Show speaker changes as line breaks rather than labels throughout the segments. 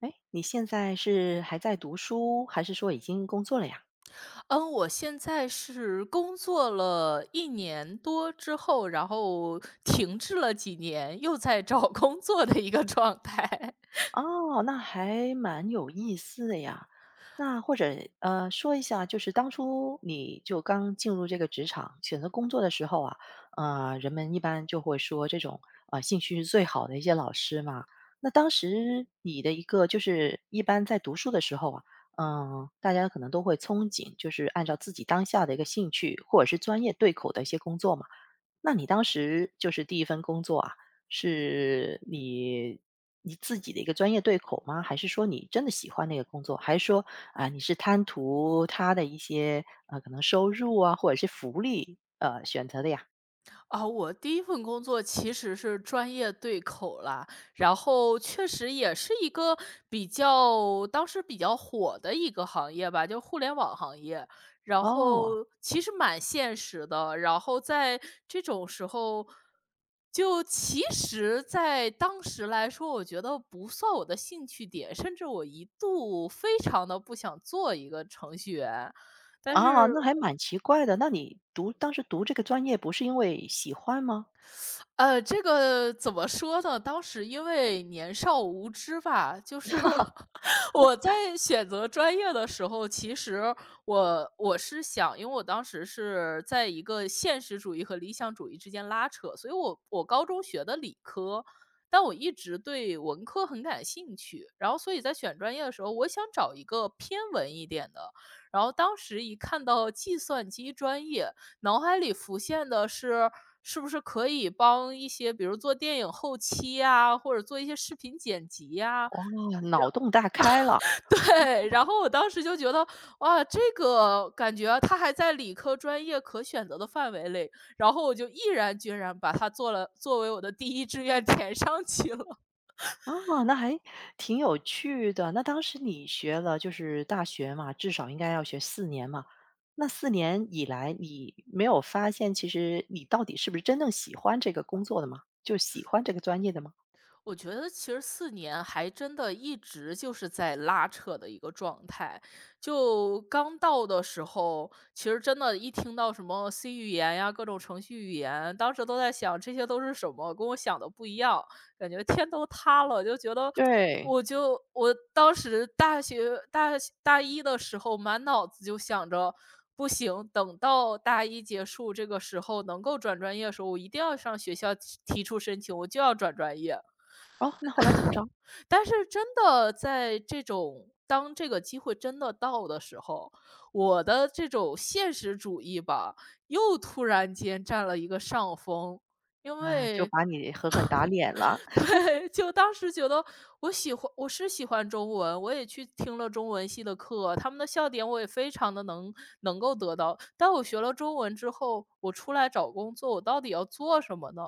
哎，你现在是还在读书，还是说已经工作了呀？
嗯，我现在是工作了一年多之后，然后停滞了几年，又在找工作的一个状态。
哦，那还蛮有意思的呀。那或者说一下，就是当初你就刚进入这个职场，选择工作的时候啊，人们一般就会说这种兴趣是最好的一些老师嘛。那当时你的一个就是一般在读书的时候啊，嗯、大家可能都会憧憬，就是按照自己当下的一个兴趣或者是专业对口的一些工作嘛。那你当时就是第一份工作啊，是你自己的一个专业对口吗？还是说你真的喜欢那个工作？还是说啊，你是贪图他的一些可能收入啊，或者是福利选择的呀？
啊，我第一份工作其实是专业对口啦，然后确实也是一个比较当时比较火的一个行业吧，就互联网行业。然
哦，
后其实蛮现实的，然后在这种时候，就其实在当时来说，我觉得不算我的兴趣点，甚至我一度非常的不想做一个程序员。但是
啊，那还蛮奇怪的。那你读当时读这个专业不是因为喜欢吗？
这个怎么说呢？当时因为年少无知吧，就是 我在选择专业的时候，其实我是想，因为我当时是在一个现实主义和理想主义之间拉扯，所以我高中学的理科，但我一直对文科很感兴趣，然后所以在选专业的时候，我想找一个偏文一点的，然后当时一看到计算机专业。脑海里浮现的是，是不是可以帮一些比如做电影后期啊，或者做一些视频剪辑呀，
哦，脑洞大开了。
对，然后我当时就觉得，哇，这个感觉它还在理科专业可选择的范围内，然后我就毅然决然把它做了作为我的第一志愿填上去了。
哦，那还挺有趣的。那当时你学了就是大学嘛，至少应该要学四年嘛。那四年以来，你没有发现其实你到底是不是真正喜欢这个工作的吗？就喜欢这个专业的吗？
我觉得其实四年还真的一直就是在拉扯的一个状态。就刚到的时候，其实真的一听到什么 C 语言呀，各种程序语言，当时都在想这些都是什么，跟我想的不一样，感觉天都塌了，就觉得
对。
我当时大学大一的时候，满脑子就想着，不行，等到大一结束这个时候能够转专业的时候，我一定要上学校提出申请，我就要转专业。
哦，那后来怎么着？
但是真的在这种当这个机会真的到的时候，我的这种现实主义吧，又突然间占了一个上风。因
哎，就
为
把你狠狠打脸了。
对，就当时觉得我是喜欢中文，我也去听了中文系的课，他们的笑点我也非常的能够得到。但我学了中文之后，我出来找工作，我到底要做什么呢？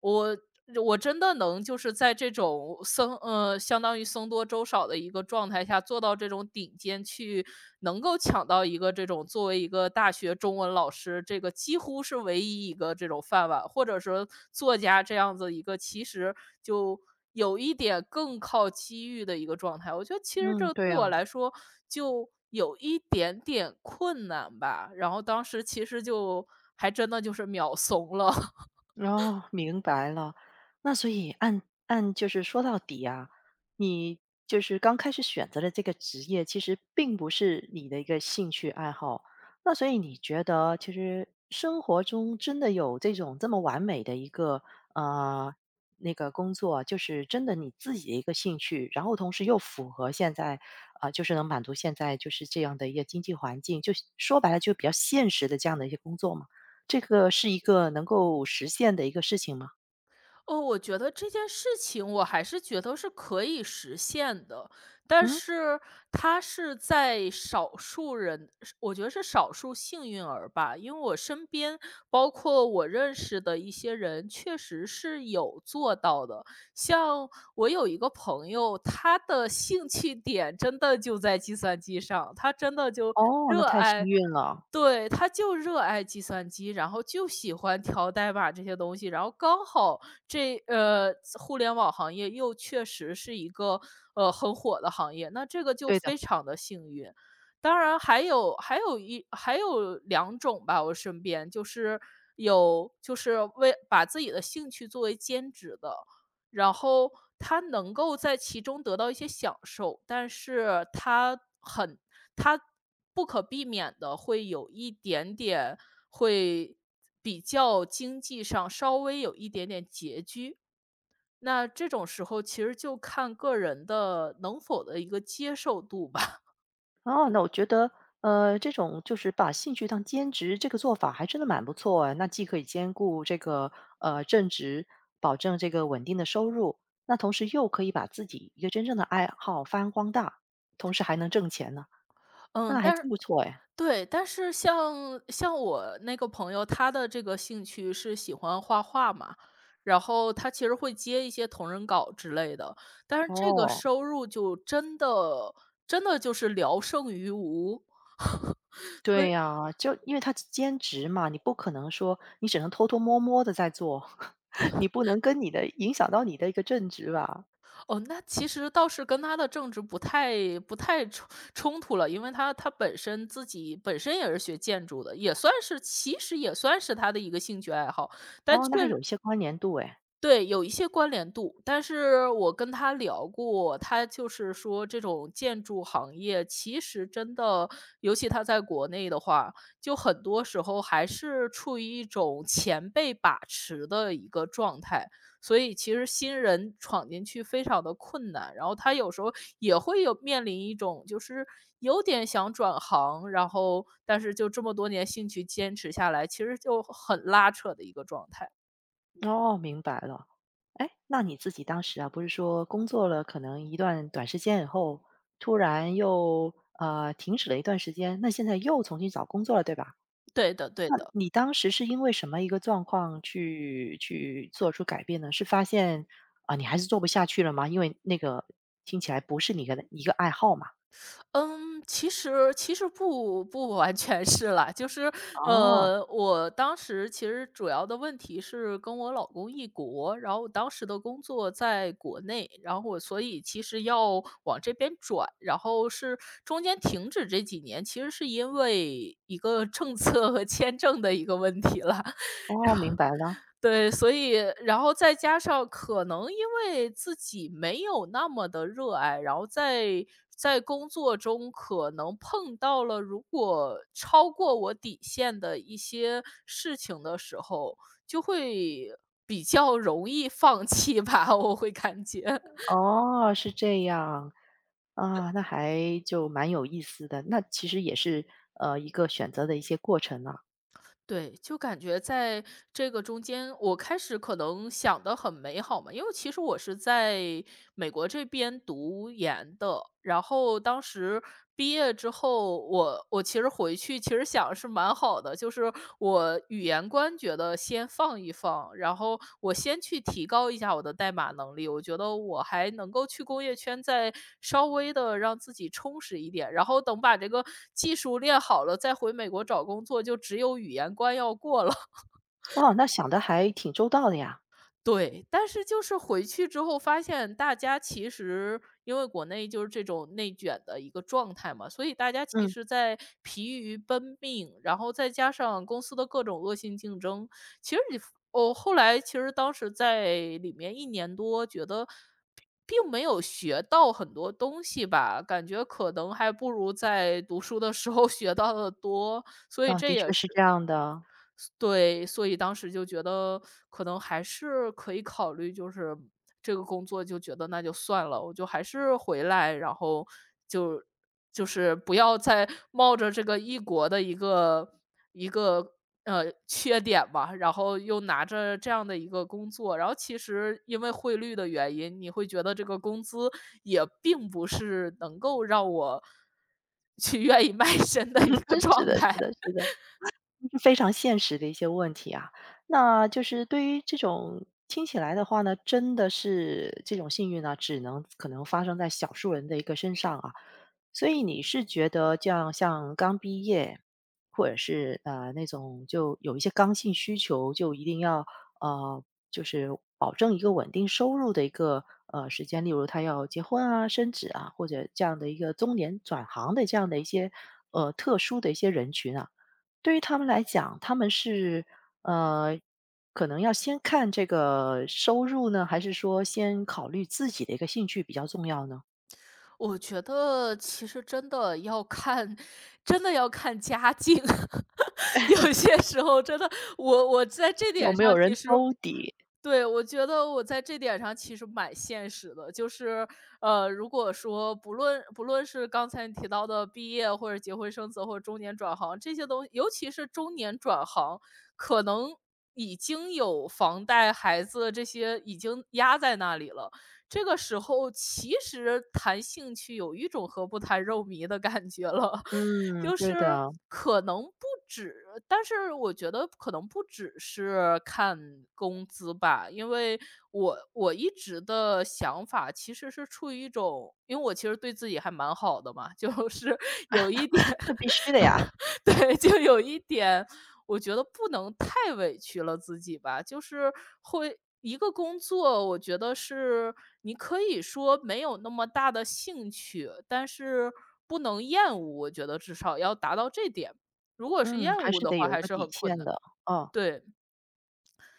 我我真的能就是在这种相当于僧多粥少的一个状态下，做到这种顶尖去能够抢到一个这种作为一个大学中文老师，这个几乎是唯一一个这种饭碗，或者说作家这样子一个其实就有一点更靠机遇的一个状态。我觉得其实这
嗯，
个
对
对我
啊。
来说就有一点点困难吧，然后当时其实就还真的就是秒怂了。
哦，明白了。那所以按就是说到底啊，你就是刚开始选择的这个职业，其实并不是你的一个兴趣爱好。那所以你觉得，其实生活中真的有这种这么完美的一个呃那个工作，就是真的你自己的一个兴趣，然后同时又符合现在啊、就是能满足现在就是这样的一个经济环境，就是说白了就比较现实的这样的一些工作嘛。这个是一个能够实现的一个事情吗？
哦，我觉得这件事情我还是觉得是可以实现的，但
嗯，
是它是在少数人，我觉得是少数幸运儿吧。因为我身边，包括我认识的一些人，确实是有做到的。像我有一个朋友，他的兴趣点真的就在计算机上，他真的就
哦，那
热
太幸
爱
运了。
对，他就热爱计算机，然后就喜欢调代码这些东西，然后刚好这呃，互联网行业又确实是一个很火的行业，那这个就
对的，
非常的幸运。当然还有两种吧，我身边就是有就是为把自己的兴趣作为兼职的，然后他能够在其中得到一些享受，但是他不可避免的会有一点点会比较经济上稍微有一点点拮据。那这种时候其实就看个人的能否的一个接受度吧。
哦，那我觉得，这种就是把兴趣当兼职，这个做法还真的蛮不错哎。那既可以兼顾这个正职，保证这个稳定的收入，那同时又可以把自己一个真正的爱好发扬光大，同时还能挣钱呢，那
嗯，
还
但是
真不错哎。
对，但是像我那个朋友，他的这个兴趣是喜欢画画嘛，然后他其实会接一些同人稿之类的，但是这个
哦。
收入就真的就是聊胜于无。
对呀，就因为他兼职嘛，你不可能说你只能偷偷摸摸的在做，你不能跟你的影响到你的一个正职吧。
哦，那其实倒是跟他的政治不太冲突了，因为他本身也是学建筑的，也算是他的一个兴趣爱好，但
哦，那还
确
有一
实。
些关联度哎，
对，有一些关联度，但是我跟他聊过，他就是说这种建筑行业其实真的，尤其他在国内的话，就很多时候还是处于一种前辈把持的一个状态，所以其实新人闯进去非常的困难。然后他有时候也会有面临一种就是有点想转行，然后但是就这么多年兴趣坚持下来，其实就很拉扯的一个状态。
哦，明白了。哎，那你自己当时啊，不是说工作了可能一段短时间以后，突然又，停止了一段时间，那现在又重新找工作了，对吧？
对的，对的。
你当时是因为什么一个状况去做出改变呢？是发现啊，你还是做不下去了吗？因为那个听起来不是你的一个爱好嘛。
嗯，其实其实不完全是啦，就是
哦，
我当时其实主要的问题是跟我老公异国，然后我当时的工作在国内，然后我所以其实要往这边转，然后是中间停止这几年，其实是因为一个政策和签证的一个问题了，
哦，明白了。
对，所以然后再加上可能因为自己没有那么的热爱，然后在在工作中可能碰到了如果超过我底线的一些事情的时候，就会比较容易放弃吧，我会感觉。
哦，是这样。啊，那还就蛮有意思的。那其实也是，一个选择的一些过程啊。
对，就感觉在这个中间，我开始可能想的很美好嘛，因为其实我是在美国这边读研的，然后当时毕业之后，我其实回去其实想是蛮好的，就是我的语言观觉得先放一放，然后我先去提高一下我的代码能力，我觉得我还能够去工业圈再稍微的让自己充实一点，然后等把这个技术练好了，再回美国找工作，就只有语言关要过了。
哦，那想的还挺周到的呀。
对，但是就是回去之后发现大家其实因为国内就是这种内卷的一个状态嘛，所以大家其
嗯，
实在疲于奔命，然后再加上公司的各种恶性竞争，其实你哦，后来其实当时在里面一年多，觉得并没有学到很多东西吧，感觉可能还不如在读书的时候 学到的多，所以
啊，
这
的
也
确是这
是
样的。
对，所以当时就觉得可能还是可以考虑，就是这个工作就觉得那就算了，我就还是回来，然后就就是不要再冒着这个异国的一个缺点吧，然后又拿着这样的一个工作，然后其实因为汇率的原因，你会觉得这个工资也并不是能够让我 去愿意卖身的一 个
真是
状
的，是
态。
的，是的。是非常现实的一些问题啊。那就是对于这种听起来的话呢，真的是这种幸运呢，只能可能发生在少数人的一个身上啊。所以你是觉得这样像刚毕业，或者是那种就有一些刚性需求，就一定要呃就是保证一个稳定收入的一个时间，例如他要结婚啊、升职啊，或者这样的一个中年转行的这样的一些特殊的一些人群啊，对于他们来讲，他们是呃，可能要先看这个收入呢，还是说先考虑自己的一个兴趣比较重要呢？
我觉得其实真的要看家境。有些时候真的，我在这
有
点
没有
上其
人
实
兜底？
对，我觉得我在这点上其实蛮现实的，就是，如果说不论是刚才你提到的毕业或者结婚生子或者中年转行这些东西，尤其是中年转行，可能已经有房贷、孩子这些已经压在那里了。这个时候其实谈兴趣有一种和不谈肉糜的感觉了，
嗯，
就
对
是
的，
可能不止，但是我觉得可能不只是看工资吧，因为我一直的想法其实是处于一种因为我其实对自己还蛮好的嘛，就是有一点
那必须的呀。
对，就有一点我觉得不能太委屈了自己吧，就是会一个工作，我觉得是你可以说没有那么大的兴趣，但是不能厌恶，我觉得至少要达到这点。如果是
嗯，
厌
还
恶
是
的
得
话，
有
还
个
是
底
很困
线
难，
的。哦，
对。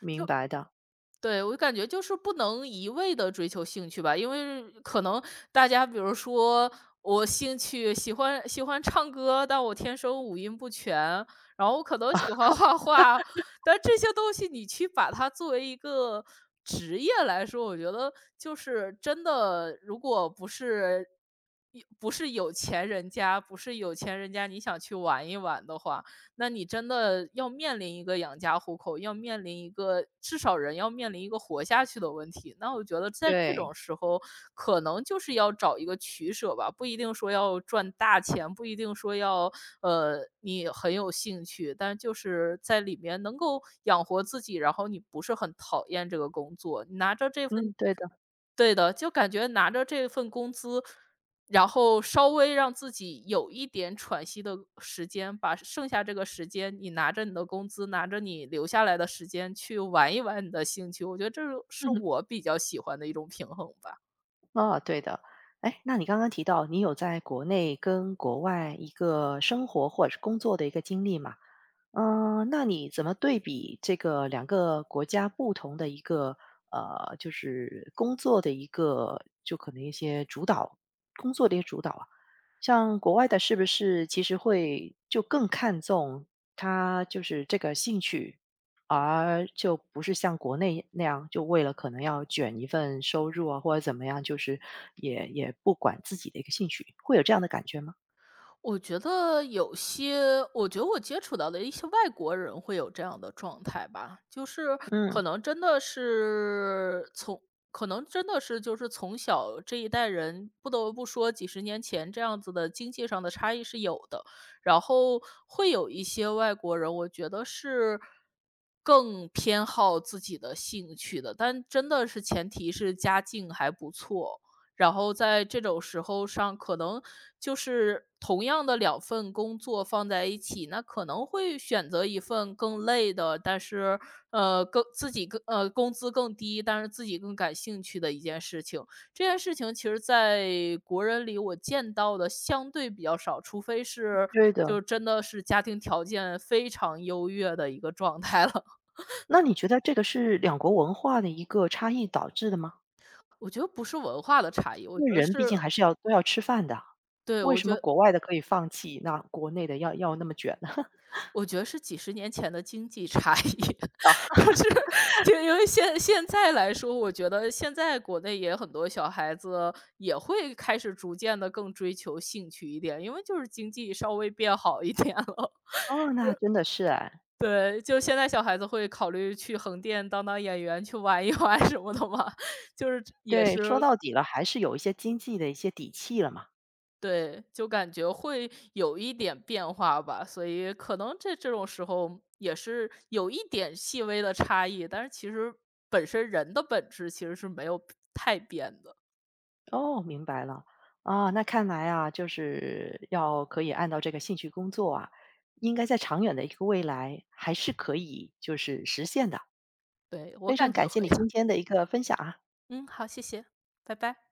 明白的，
对，我就感觉就是不能一味的追求兴趣吧，因为可能大家比如说我兴趣喜欢唱歌，但我天生五音不全，然后我可能喜欢画画，但这些东西你去把它作为一个职业来说，我觉得就是真的，如果不是有钱人家，不是有钱人家你想去玩一玩的话，那你真的要面临一个养家糊口，要面临一个至少人要面临一个活下去的问题。那我觉得在这
对，
种时候，可能就是要找一个取舍吧，不一定说要赚大钱，不一定说要你很有兴趣，但就是在里面能够养活自己，然后你不是很讨厌这个工作，你拿着这
嗯，
份
对的，
对的，就感觉拿着这份工资然后稍微让自己有一点喘息的时间，把剩下这个时间，你拿着你的工资，拿着你留下来的时间去玩一玩你的兴趣，我觉得这是 我比较喜欢的一种平衡吧。
哦，对的。哎，那你刚刚提到你有在国内跟国外一个生活或者是工作的一个经历吗？嗯，那你怎么对比这个两个国家不同的一个就是工作的一个就可能一些主导工作的一些主导啊？像国外的是不是其实会就更看重他就是这个兴趣，而就不是像国内那样，就为了可能要卷一份收入啊，或者怎么样，就是也不管自己的一个兴趣，会有这样的感觉吗？
我觉得有些我觉得我接触到的一些外国人会有这样的状态吧，就是
嗯，
可能真的是从可能真的是就是从小这一代人，不得不说几十年前这样子的经济上的差异是有的，然后会有一些外国人，我觉得是更偏好自己的兴趣的，但真的是前提是家境还不错。然后在这种时候上，可能就是同样的两份工作放在一起，那可能会选择一份更累的，但是更自己更工资更低，但是自己更感兴趣的一件事情。这件事情其实在国人里我见到的相对比较少，除非是
对的。
就真的是家庭条件非常优越的一个状态了。
那你觉得这个是两国文化的一个差异导致的吗？
我觉得不是文化的差异，我
因
觉
为
得
人毕
是
竟还是要都要吃饭的，
对，
为
我
什
觉
么
得。
国外的可以放弃，那国内的要那么卷呢？
我觉得是几十年前的经济差异，就是就因为现在来说，我觉得现在国内也很多小孩子也会开始逐渐的更追求兴趣一点，因为就是经济稍微变好一点了。
哦，那真的是哎，
对，就现在小孩子会考虑去横店当演员，去玩一玩什么的嘛，就是也
对，
是
说到底了，还是有一些经济的一些底气了嘛。
对，就感觉会有一点变化吧，所以可能这种时候也是有一点细微的差异，但是其实本身人的本质其实是没有太变的。
哦，明白了。啊，那看来啊，就是要可以按照这个兴趣工作啊，应该在长远的一个未来还是可以就是实现的。
对，我
非常
感觉
感
会。
谢你今 天的一个分享啊。
嗯，好，谢谢，拜拜。